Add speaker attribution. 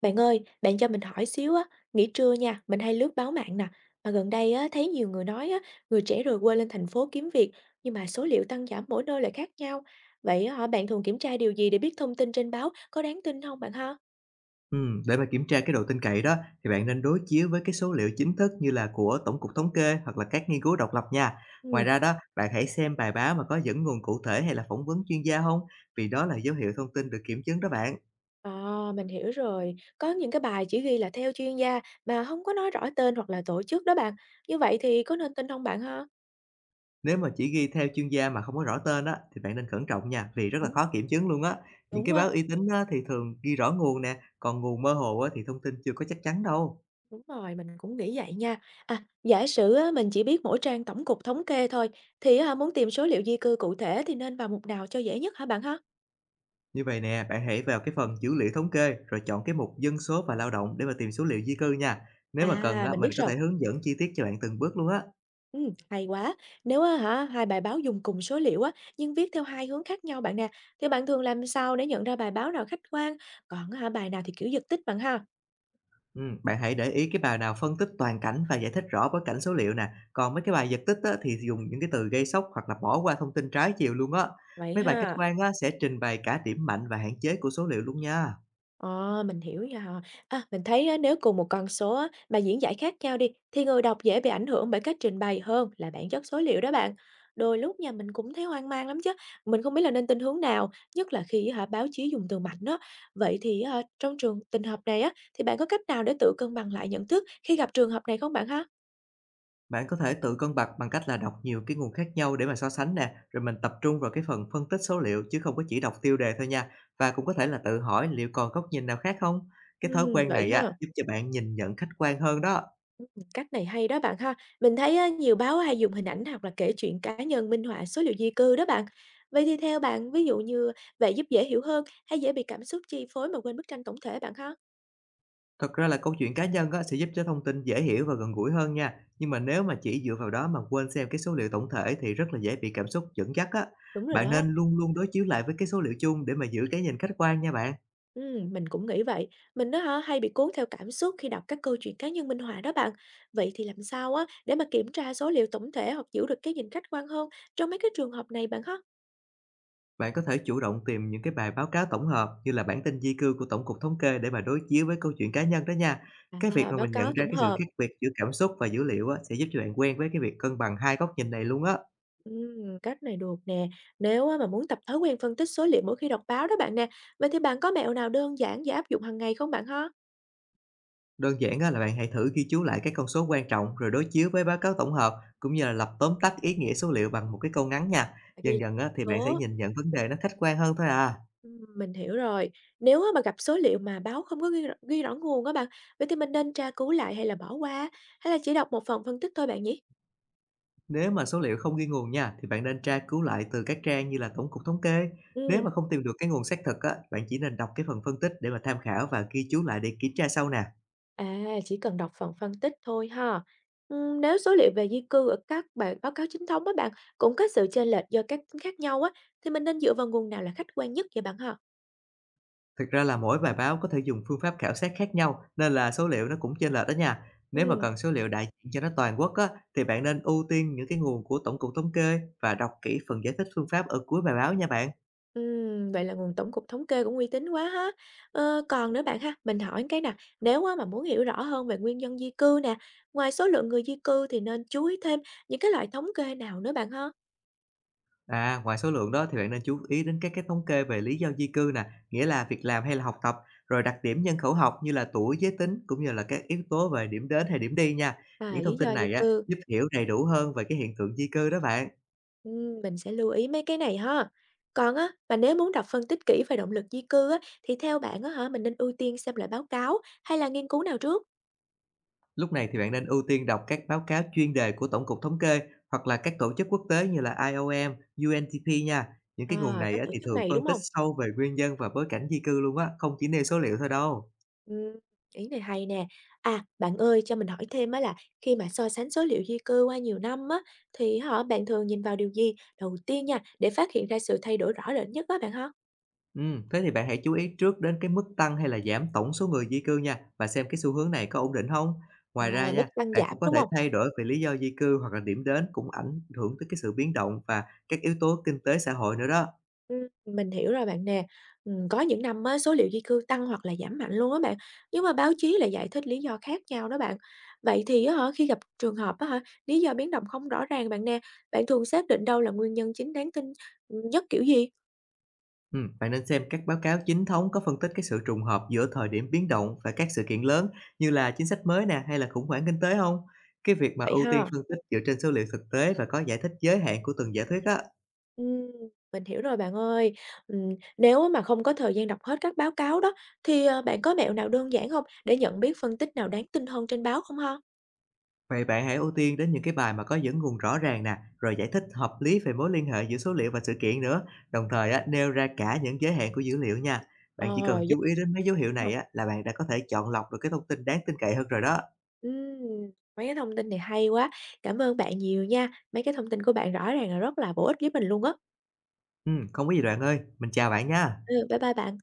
Speaker 1: Bạn ơi, bạn cho mình hỏi xíu á, nghỉ trưa nha, mình hay lướt báo mạng nè, mà gần đây á, thấy nhiều người nói á, người trẻ rồi quê lên thành phố kiếm việc, nhưng mà số liệu tăng giảm mỗi nơi lại khác nhau. Vậy á, bạn thường kiểm tra điều gì để biết thông tin trên báo có đáng tin không bạn ha?
Speaker 2: Để mà kiểm tra cái độ tin cậy đó, thì bạn nên đối chiếu với cái số liệu chính thức như là của Tổng cục Thống kê hoặc là các nghiên cứu độc lập nha. Ngoài
Speaker 1: Ừ,
Speaker 2: ra đó, bạn hãy xem bài báo mà có dẫn nguồn cụ thể hay là phỏng vấn chuyên gia không, vì đó là dấu hiệu thông tin được kiểm chứng đó bạn.
Speaker 1: à, mình hiểu rồi, có những cái bài chỉ ghi là theo chuyên gia mà không có nói rõ tên hoặc là tổ chức đó bạn. Như vậy thì có nên tin không bạn ha?
Speaker 2: Nếu mà chỉ ghi theo chuyên gia mà không có rõ tên á, thì bạn nên cẩn trọng nha, vì rất là
Speaker 1: Ừ,
Speaker 2: khó kiểm chứng luôn á. Những
Speaker 1: đúng
Speaker 2: cái
Speaker 1: á.
Speaker 2: báo uy tín á, thì thường ghi rõ nguồn nè, còn nguồn mơ hồ á, thì thông tin chưa có chắc chắn đâu.
Speaker 1: Đúng rồi, mình cũng nghĩ vậy nha. À, giả sử á, mình chỉ biết mỗi trang Tổng cục Thống kê thôi, thì á, muốn tìm số liệu di cư cụ thể thì nên vào mục nào cho dễ nhất hả bạn ha?
Speaker 2: Như vậy nè, bạn hãy vào cái phần dữ liệu thống kê rồi chọn cái mục dân số và lao động để mà tìm số liệu di cư nha. Nếu mà cần
Speaker 1: À,
Speaker 2: á,
Speaker 1: mình
Speaker 2: mình
Speaker 1: biết
Speaker 2: có
Speaker 1: rồi.
Speaker 2: thể hướng dẫn chi tiết cho bạn từng bước luôn á.
Speaker 1: Ừ, hay quá. Nếu á, hai bài báo dùng cùng số liệu á, nhưng viết theo hai hướng khác nhau bạn nè, thì bạn thường làm sao để nhận ra bài báo nào khách quan, còn á, bài nào thì kiểu giật tít bạn ha?
Speaker 2: Ừ, bạn hãy để ý cái bài nào phân tích toàn cảnh và giải thích rõ bối cảnh số liệu nè. Còn mấy cái bài giật tích á, thì dùng những cái từ gây sốc hoặc là bỏ qua thông tin trái chiều luôn á.
Speaker 1: Vậy
Speaker 2: Mấy bài khách
Speaker 1: ha.
Speaker 2: quan á, sẽ trình bày cả điểm mạnh và hạn chế của số liệu luôn nha.
Speaker 1: Ờ, mình hiểu nha. À, mình thấy á, nếu cùng một con số á, mà diễn giải khác nhau đi, thì người đọc dễ bị ảnh hưởng bởi cách trình bày hơn là bản chất số liệu đó bạn. Đôi lúc nha, mình cũng thấy hoang mang lắm chứ. Mình không biết là nên tin hướng nào, nhất là khi báo chí dùng từ mạnh đó. Vậy thì trong trường tình hợp này á, thì bạn có cách nào để tự cân bằng lại nhận thức khi gặp trường hợp này không bạn ha?
Speaker 2: Bạn có thể tự cân bằng bằng cách là đọc nhiều cái nguồn khác nhau để mà so sánh nè, rồi mình tập trung vào cái phần phân tích số liệu chứ không có chỉ đọc tiêu đề thôi nha. Và cũng có thể là tự hỏi liệu còn góc nhìn nào khác không?
Speaker 1: Ừ,
Speaker 2: Cái thói quen
Speaker 1: vậy
Speaker 2: này á
Speaker 1: ha.
Speaker 2: giúp cho bạn nhìn nhận khách quan hơn đó.
Speaker 1: Cách này hay đó bạn ha. Mình thấy á, nhiều báo hay dùng hình ảnh hoặc là kể chuyện cá nhân minh họa số liệu di cư đó bạn. Vậy thì theo bạn, ví dụ như vậy giúp dễ hiểu hơn hay dễ bị cảm xúc chi phối mà quên bức tranh tổng thể bạn ha?
Speaker 2: Thật ra là câu chuyện cá nhân á sẽ giúp cho thông tin dễ hiểu và gần gũi hơn nha. Nhưng mà nếu mà chỉ dựa vào đó mà quên xem cái số liệu tổng thể thì rất là dễ bị cảm xúc dẫn dắt á.
Speaker 1: Đúng rồi
Speaker 2: Bạn
Speaker 1: đó.
Speaker 2: nên luôn luôn đối chiếu lại với cái số liệu chung để mà giữ cái nhìn khách quan nha bạn.
Speaker 1: Ừ, mình cũng nghĩ vậy. Mình đó hả hay bị cuốn theo cảm xúc khi đọc các câu chuyện cá nhân minh họa đó bạn. Vậy thì làm sao á để mà kiểm tra số liệu tổng thể hoặc giữ được cái nhìn khách quan hơn trong mấy cái trường hợp này bạn ha?
Speaker 2: Bạn có thể chủ động tìm những cái bài báo cáo tổng hợp như là bản tin di cư của Tổng cục Thống kê để mà đối chiếu với câu chuyện cá nhân đó nha. Cái việc
Speaker 1: À,
Speaker 2: mà
Speaker 1: báo
Speaker 2: mình nhận
Speaker 1: cáo
Speaker 2: ra
Speaker 1: tổng
Speaker 2: cái sự
Speaker 1: hợp.
Speaker 2: khác biệt giữa cảm xúc và dữ liệu á, sẽ giúp cho bạn quen với cái việc cân bằng hai góc nhìn này luôn á.
Speaker 1: Cách này được nè. Nếu á mà muốn tập thói quen phân tích số liệu mỗi khi đọc báo đó bạn nè, vậy thì bạn có mẹo nào đơn giản và áp dụng hàng ngày không bạn ha?
Speaker 2: Đơn giản á, là bạn hãy thử ghi chú lại các con số quan trọng rồi đối chiếu với báo cáo tổng hợp, cũng như là lập tóm tắt ý nghĩa số liệu bằng một cái câu ngắn nha.
Speaker 1: Bạn ghi
Speaker 2: Dần dần á, thì bạn sẽ
Speaker 1: số,
Speaker 2: nhìn nhận vấn đề nó khách quan hơn thôi à.
Speaker 1: mình hiểu rồi. Nếu á mà gặp số liệu mà báo không có ghi rõ nguồn á bạn, vậy thì mình nên tra cứu lại hay là bỏ qua, hay là chỉ đọc một phần phân tích thôi bạn nhỉ?
Speaker 2: Nếu mà số liệu không ghi nguồn nha, thì bạn nên tra cứu lại từ các trang như là Tổng cục Thống kê. Nếu
Speaker 1: Ừm,
Speaker 2: mà không tìm được cái nguồn xác thực á, bạn chỉ nên đọc cái phần phân tích để mà tham khảo và ghi chú lại để kiểm tra sau nè.
Speaker 1: à chỉ cần đọc phần phân tích thôi ha. Nếu số liệu về di cư ở các bản báo cáo chính thống á bạn cũng có sự chênh lệch do các tính khác nhau á, thì mình nên dựa vào nguồn nào là khách quan nhất vậy bạn ha?
Speaker 2: Thực ra là mỗi bài báo có thể dùng phương pháp khảo sát khác nhau, nên là số liệu nó cũng chênh lệch đó nha. Nếu mà
Speaker 1: Ừm.
Speaker 2: cần số liệu đại diện cho nó toàn quốc á, thì bạn nên ưu tiên những cái nguồn của Tổng cục Thống kê và đọc kỹ phần giải thích phương pháp ở cuối bài báo nha bạn.
Speaker 1: Vậy là nguồn Tổng cục Thống kê cũng uy tín quá ha. Ờ, còn nữa bạn ha, mình hỏi cái nè, nếu á mà muốn hiểu rõ hơn về nguyên nhân di cư nè, ngoài số lượng người di cư thì nên chú ý thêm những cái loại thống kê nào nữa bạn ha?
Speaker 2: À, ngoài số lượng đó thì bạn nên chú ý đến các cái thống kê về lý do di cư nè, nghĩa là việc làm hay là học tập, rồi đặc điểm nhân khẩu học như là tuổi, giới tính, cũng như là các yếu tố về điểm đến hay điểm đi nha.
Speaker 1: À,
Speaker 2: Những
Speaker 1: lý
Speaker 2: thông tin
Speaker 1: do di
Speaker 2: này á
Speaker 1: cư,
Speaker 2: giúp hiểu đầy đủ hơn về cái hiện tượng di cư đó bạn.
Speaker 1: ừm, mình sẽ lưu ý mấy cái này ha. Còn á, mà nếu muốn đọc phân tích kỹ về động lực di cư á, thì theo bạn mình nên ưu tiên xem lại báo cáo hay là nghiên cứu nào trước?
Speaker 2: Lúc này thì bạn nên ưu tiên đọc các báo cáo chuyên đề của Tổng cục Thống kê hoặc là các tổ chức quốc tế như là IOM, UNDP nha. Những cái nguồn
Speaker 1: À,
Speaker 2: này
Speaker 1: các
Speaker 2: á
Speaker 1: tổ
Speaker 2: thì
Speaker 1: chức
Speaker 2: thường
Speaker 1: này
Speaker 2: phân
Speaker 1: đúng
Speaker 2: tích
Speaker 1: không?
Speaker 2: sâu về nguyên nhân và bối cảnh di cư luôn á, không chỉ nêu số liệu thôi đâu.
Speaker 1: Ừm, ý này hay nè. À, bạn ơi, cho mình hỏi thêm á là khi mà so sánh số liệu di cư qua nhiều năm á, thì họ bạn thường nhìn vào điều gì đầu tiên nha, để phát hiện ra sự thay đổi rõ rệt nhất á bạn ha?
Speaker 2: Ừ, thế thì bạn hãy chú ý trước đến cái mức tăng hay là giảm tổng số người di cư nha, và xem cái xu hướng này có ổn định không.
Speaker 1: À,
Speaker 2: Ngoài ra
Speaker 1: mức
Speaker 2: nha,
Speaker 1: tăng
Speaker 2: bạn
Speaker 1: giảm,
Speaker 2: cũng có
Speaker 1: đúng
Speaker 2: thể
Speaker 1: không?
Speaker 2: thay đổi về lý do di cư hoặc là điểm đến cũng ảnh hưởng tới cái sự biến động và các yếu tố kinh tế xã hội nữa đó.
Speaker 1: Mình hiểu rồi bạn nè. Có những năm á, số liệu di cư tăng hoặc là giảm mạnh luôn á bạn, nhưng mà báo chí lại giải thích lý do khác nhau đó bạn. Vậy thì khi gặp trường hợp lý do biến động không rõ ràng bạn nè, bạn thường xác định đâu là nguyên nhân chính đáng tin, nhất kiểu gì?
Speaker 2: Bạn nên xem các báo cáo chính thống có phân tích cái sự trùng hợp giữa thời điểm biến động và các sự kiện lớn, như là chính sách mới nè hay là khủng hoảng kinh tế không. Cái việc mà
Speaker 1: Vậy
Speaker 2: ưu tiên
Speaker 1: ha?
Speaker 2: phân tích dựa trên số liệu thực tế và có giải thích giới hạn của từng giả thuyết á.
Speaker 1: Ừm, mình hiểu rồi bạn ơi. Ừm, nếu mà không có thời gian đọc hết các báo cáo đó, thì, bạn có mẹo nào đơn giản không để nhận biết phân tích nào đáng tin hơn trên báo không ha?
Speaker 2: Vậy bạn hãy ưu tiên đến những cái bài mà có dẫn nguồn rõ ràng nè, rồi giải thích hợp lý về mối liên hệ giữa số liệu và sự kiện nữa, đồng thời á, nêu ra cả những giới hạn của dữ liệu nha. Bạn chỉ
Speaker 1: Ờ,
Speaker 2: cần
Speaker 1: giúp
Speaker 2: chú ý đến mấy dấu hiệu này
Speaker 1: ờ.
Speaker 2: á, là bạn đã có thể chọn lọc được cái thông tin đáng tin cậy hơn rồi đó.
Speaker 1: Ừm, mấy cái thông tin này hay quá. Cảm ơn bạn nhiều nha. Mấy cái thông tin của bạn rõ ràng là rất là bổ ích với mình luôn á.
Speaker 2: Không có gì bạn ơi, mình chào bạn nha.
Speaker 1: Ừ, bye bye bạn.